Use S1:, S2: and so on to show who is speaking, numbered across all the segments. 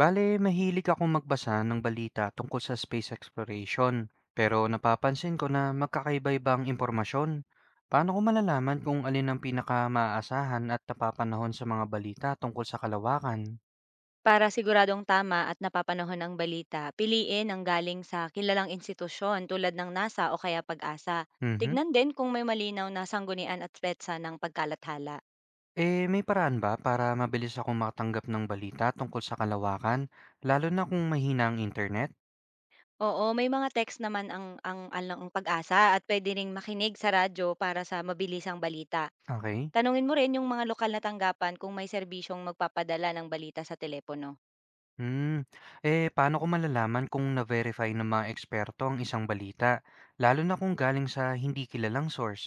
S1: Bale, mahilig akong magbasa ng balita tungkol sa space exploration, pero napapansin ko na magkakaiba-iba ang impormasyon. Paano ko malalaman kung alin ang pinaka-maaasahan at napapanahon sa mga balita tungkol sa kalawakan?
S2: Para siguradong tama at napapanahon ang balita, piliin ang galing sa kilalang institusyon tulad ng NASA o kaya Pag-asa.
S1: Mhm.
S2: Tignan din kung may malinaw na sanggunian at petsa ng pagkalathala.
S1: Eh, may paraan ba para mabilis akong makatanggap ng balita tungkol sa kalawakan, lalo na kung mahina ang internet?
S2: Oo, may mga text naman ang pag-asa at pwede ring makinig sa radyo para sa mabilisang balita.
S1: Okay.
S2: Tanungin mo rin yung mga lokal na tanggapan kung may serbisyong magpapadala ng balita sa telepono.
S1: Hmm. Eh, paano ko malalaman kung na-verify ng mga eksperto ang isang balita, lalo na kung galing sa hindi kilalang source?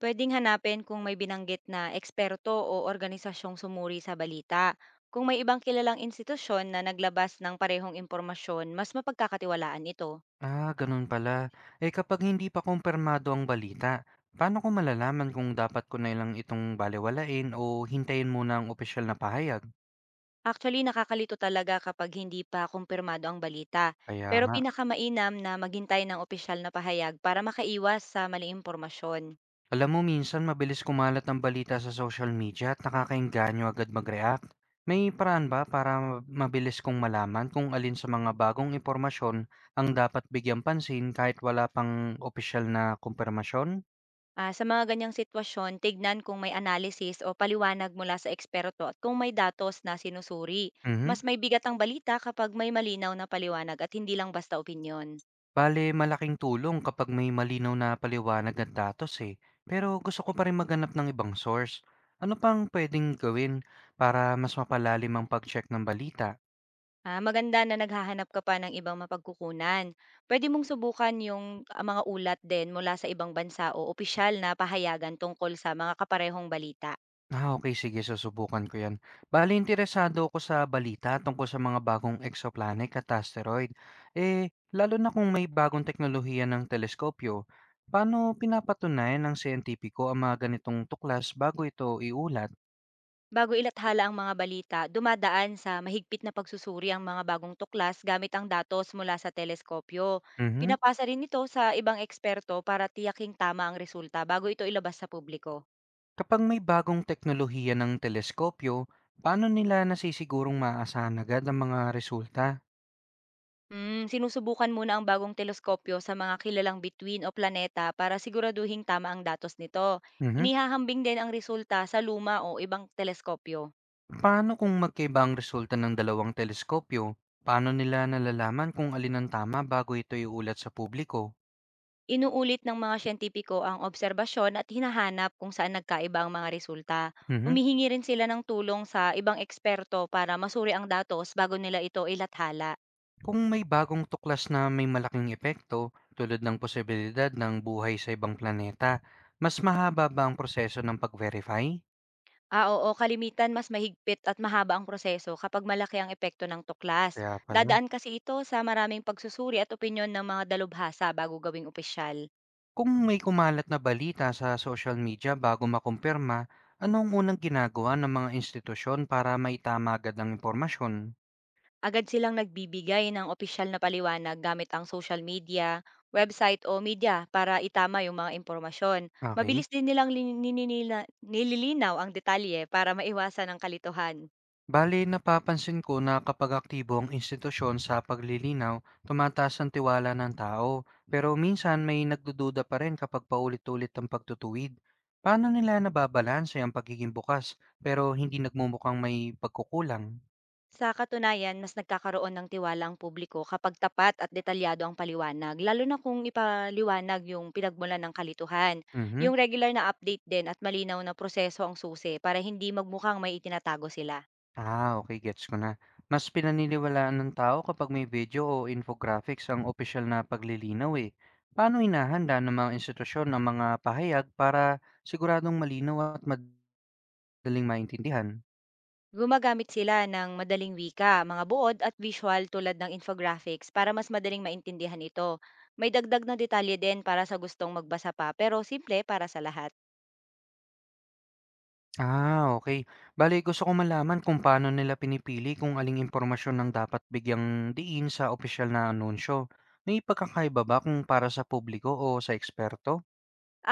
S2: Puwedeng hanapin kung may binanggit na eksperto o organisasyong sumuri sa balita. Kung may ibang kilalang institusyon na naglabas ng parehong impormasyon, mas mapagkakatiwalaan ito.
S1: Ah, ganun pala. Eh kapag hindi pa kumpirmado ang balita, paano ko malalaman kung dapat ko na lang itong balewalain o hintayin muna ang opisyal na pahayag?
S2: Actually, nakakalito talaga kapag hindi pa kumpirmado ang balita.
S1: Kaya
S2: Pero
S1: nga.
S2: pinakamainam na maghintay ng opisyal na pahayag para makaiwas sa maling impormasyon.
S1: Alam mo, minsan mabilis kumalat ang balita sa social media at nakakaengganyo agad mag-react. May paraan ba para mabilis kong malaman kung alin sa mga bagong impormasyon ang dapat bigyang pansin kahit wala pang opisyal na kumpirmasyon?
S2: Ah, sa mga ganyang sitwasyon, tignan kung may analysis o paliwanag mula sa eksperto at kung may datos na sinusuri. Mas
S1: Mhm.
S2: may bigat ang balita kapag may malinaw na paliwanag at hindi lang basta opinyon.
S1: Bale, malaking tulong kapag may malinaw na paliwanag at datos eh. Pero gusto ko pa rin maghanap ng ibang source. Ano pang pwedeng gawin para mas mapalalim ang pag-check ng balita?
S2: Ah, maganda na naghahanap ka pa ng ibang mapagkukunan. Pwede mong subukan yung ah, mga ulat din mula sa ibang bansa o opisyal na pahayagan tungkol sa mga kaparehong balita.
S1: Ah, okay, sige, susubukan ko yan. Bale, interesado ako sa balita tungkol sa mga bagong exoplanet at asteroid. Eh, lalo na kung may bagong teknolohiya ng teleskopyo. Paano pinapatunayan ng siyentipiko ang mga ganitong tuklas bago ito iulat?
S2: Bago ilathala ang mga balita, dumadaan sa mahigpit na pagsusuri ang mga bagong tuklas gamit ang datos mula sa teleskopyo.
S1: Mhm.
S2: Pinapasa rin ito sa ibang eksperto para tiyaking tama ang resulta bago ito ilabas sa publiko.
S1: Kapag may bagong teknolohiya ng teleskopyo, paano nila nasisigurong maaasahan agad ang mga resulta?
S2: Sinusubukan muna ang bagong teleskopyo sa mga kilalang bituin o planeta para siguraduhing tama ang datos nito.
S1: Mhm.
S2: Inihahambing din ang resulta sa luma o ibang teleskopyo.
S1: Paano kung magkaiba ang resulta ng dalawang teleskopyo? Paano nila nalalaman kung alin ang tama bago ito iulat sa publiko?
S2: Inuulit ng mga siyentipiko ang obserbasyon at hinahanap kung saan nagkaiba ang mga resulta.
S1: Mhm.
S2: Humihingi rin sila ng tulong sa ibang eksperto para masuri ang datos bago nila ito ilathala.
S1: Kung may bagong tuklas na may malaking epekto, tulad ng posibilidad ng buhay sa ibang planeta, mas mahaba ba ang proseso ng pag-verify?
S2: Ah, oo, kalimitan mas mahigpit at mahaba ang proseso kapag malaki ang epekto ng tuklas.
S1: Kaya pala.
S2: Dadaan kasi ito sa maraming pagsusuri at opinyon ng mga dalubhasa bago gawing opisyal.
S1: Kung may kumalat na balita sa social media bago makumpirma, anong unang ginagawa ng mga institusyon para maitama agad ang impormasyon?
S2: Agad silang nagbibigay ng opisyal na paliwanag gamit ang social media, website o media para itama yung mga impormasyon.
S1: Okay.
S2: Mabilis din nilang nililinaw ang detalye para maiwasan ang kalituhan.
S1: Bale, napapansin ko na kapag aktibo ang institusyon sa paglilinaw, tumataas ang tiwala ng tao. Pero minsan may nagdududa pa rin kapag paulit-ulit ang pagtutuwid. Paano nila nababalanse ang pagiging bukas pero hindi nagmumukhang may pagkukulang?
S2: Sa katunayan, mas nagkakaroon ng tiwala ang publiko kapag tapat at detalyado ang paliwanag, lalo na kung ipaliwanag yung pinagmulan ng kalituhan. Yung
S1: Mhm.
S2: regular na update din at malinaw na proseso ang susi para hindi magmukhang may itinatago sila.
S1: Ah, okay, gets ko na. Mas pinaniniwalaan ng tao kapag may video o infographics ang opisyal na paglilinaw, eh. Paano hinahanda ng mga institusyon ang mga pahayag para siguradong malinaw at madaling maintindihan?
S2: Gumagamit sila ng madaling wika, mga buod at visual tulad ng infographics para mas madaling maintindihan ito. May dagdag na detalye din para sa gustong magbasa pa pero simple para sa lahat.
S1: Ah, okay. Bale gusto kong malaman kung paano nila pinipili kung aling impormasyon ang dapat bigyang diin sa opisyal na anunsyo. May pagkakaiba ba kung para sa publiko o sa eksperto?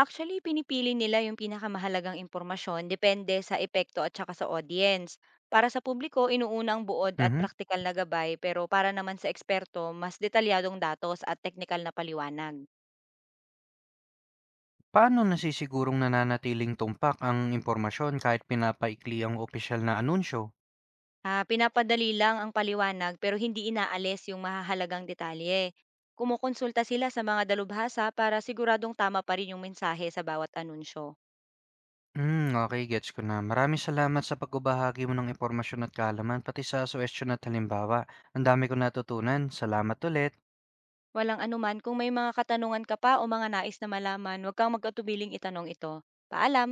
S2: Actually, pinipili nila yung pinakamahalagang impormasyon depende sa epekto at saka sa audience. Para sa publiko, inuuna ang buod at
S1: Mhm.
S2: praktikal na gabay pero para naman sa eksperto, mas detalyadong datos at teknikal na paliwanag.
S1: Paano nasisigurong nananatiling tumpak ang impormasyon kahit pinapaikli ang opisyal na anunsyo?
S2: Ah, pinapadali lang ang paliwanag pero hindi inaalis yung mahahalagang detalye. Kumukonsulta sila sa mga dalubhasa para siguradong tama pa rin yung mensahe sa bawat anunsyo.
S1: Hmm, okay, gets ko na. Maraming salamat sa pagbabahagi mo ng impormasyon at kaalaman, pati sa suhestiyon at halimbawa. Ang dami kong natutunan. Salamat ulit.
S2: Walang anuman kung may mga katanungan ka pa o mga nais na malaman, huwag kang magkatubiling itanong ito. Paalam!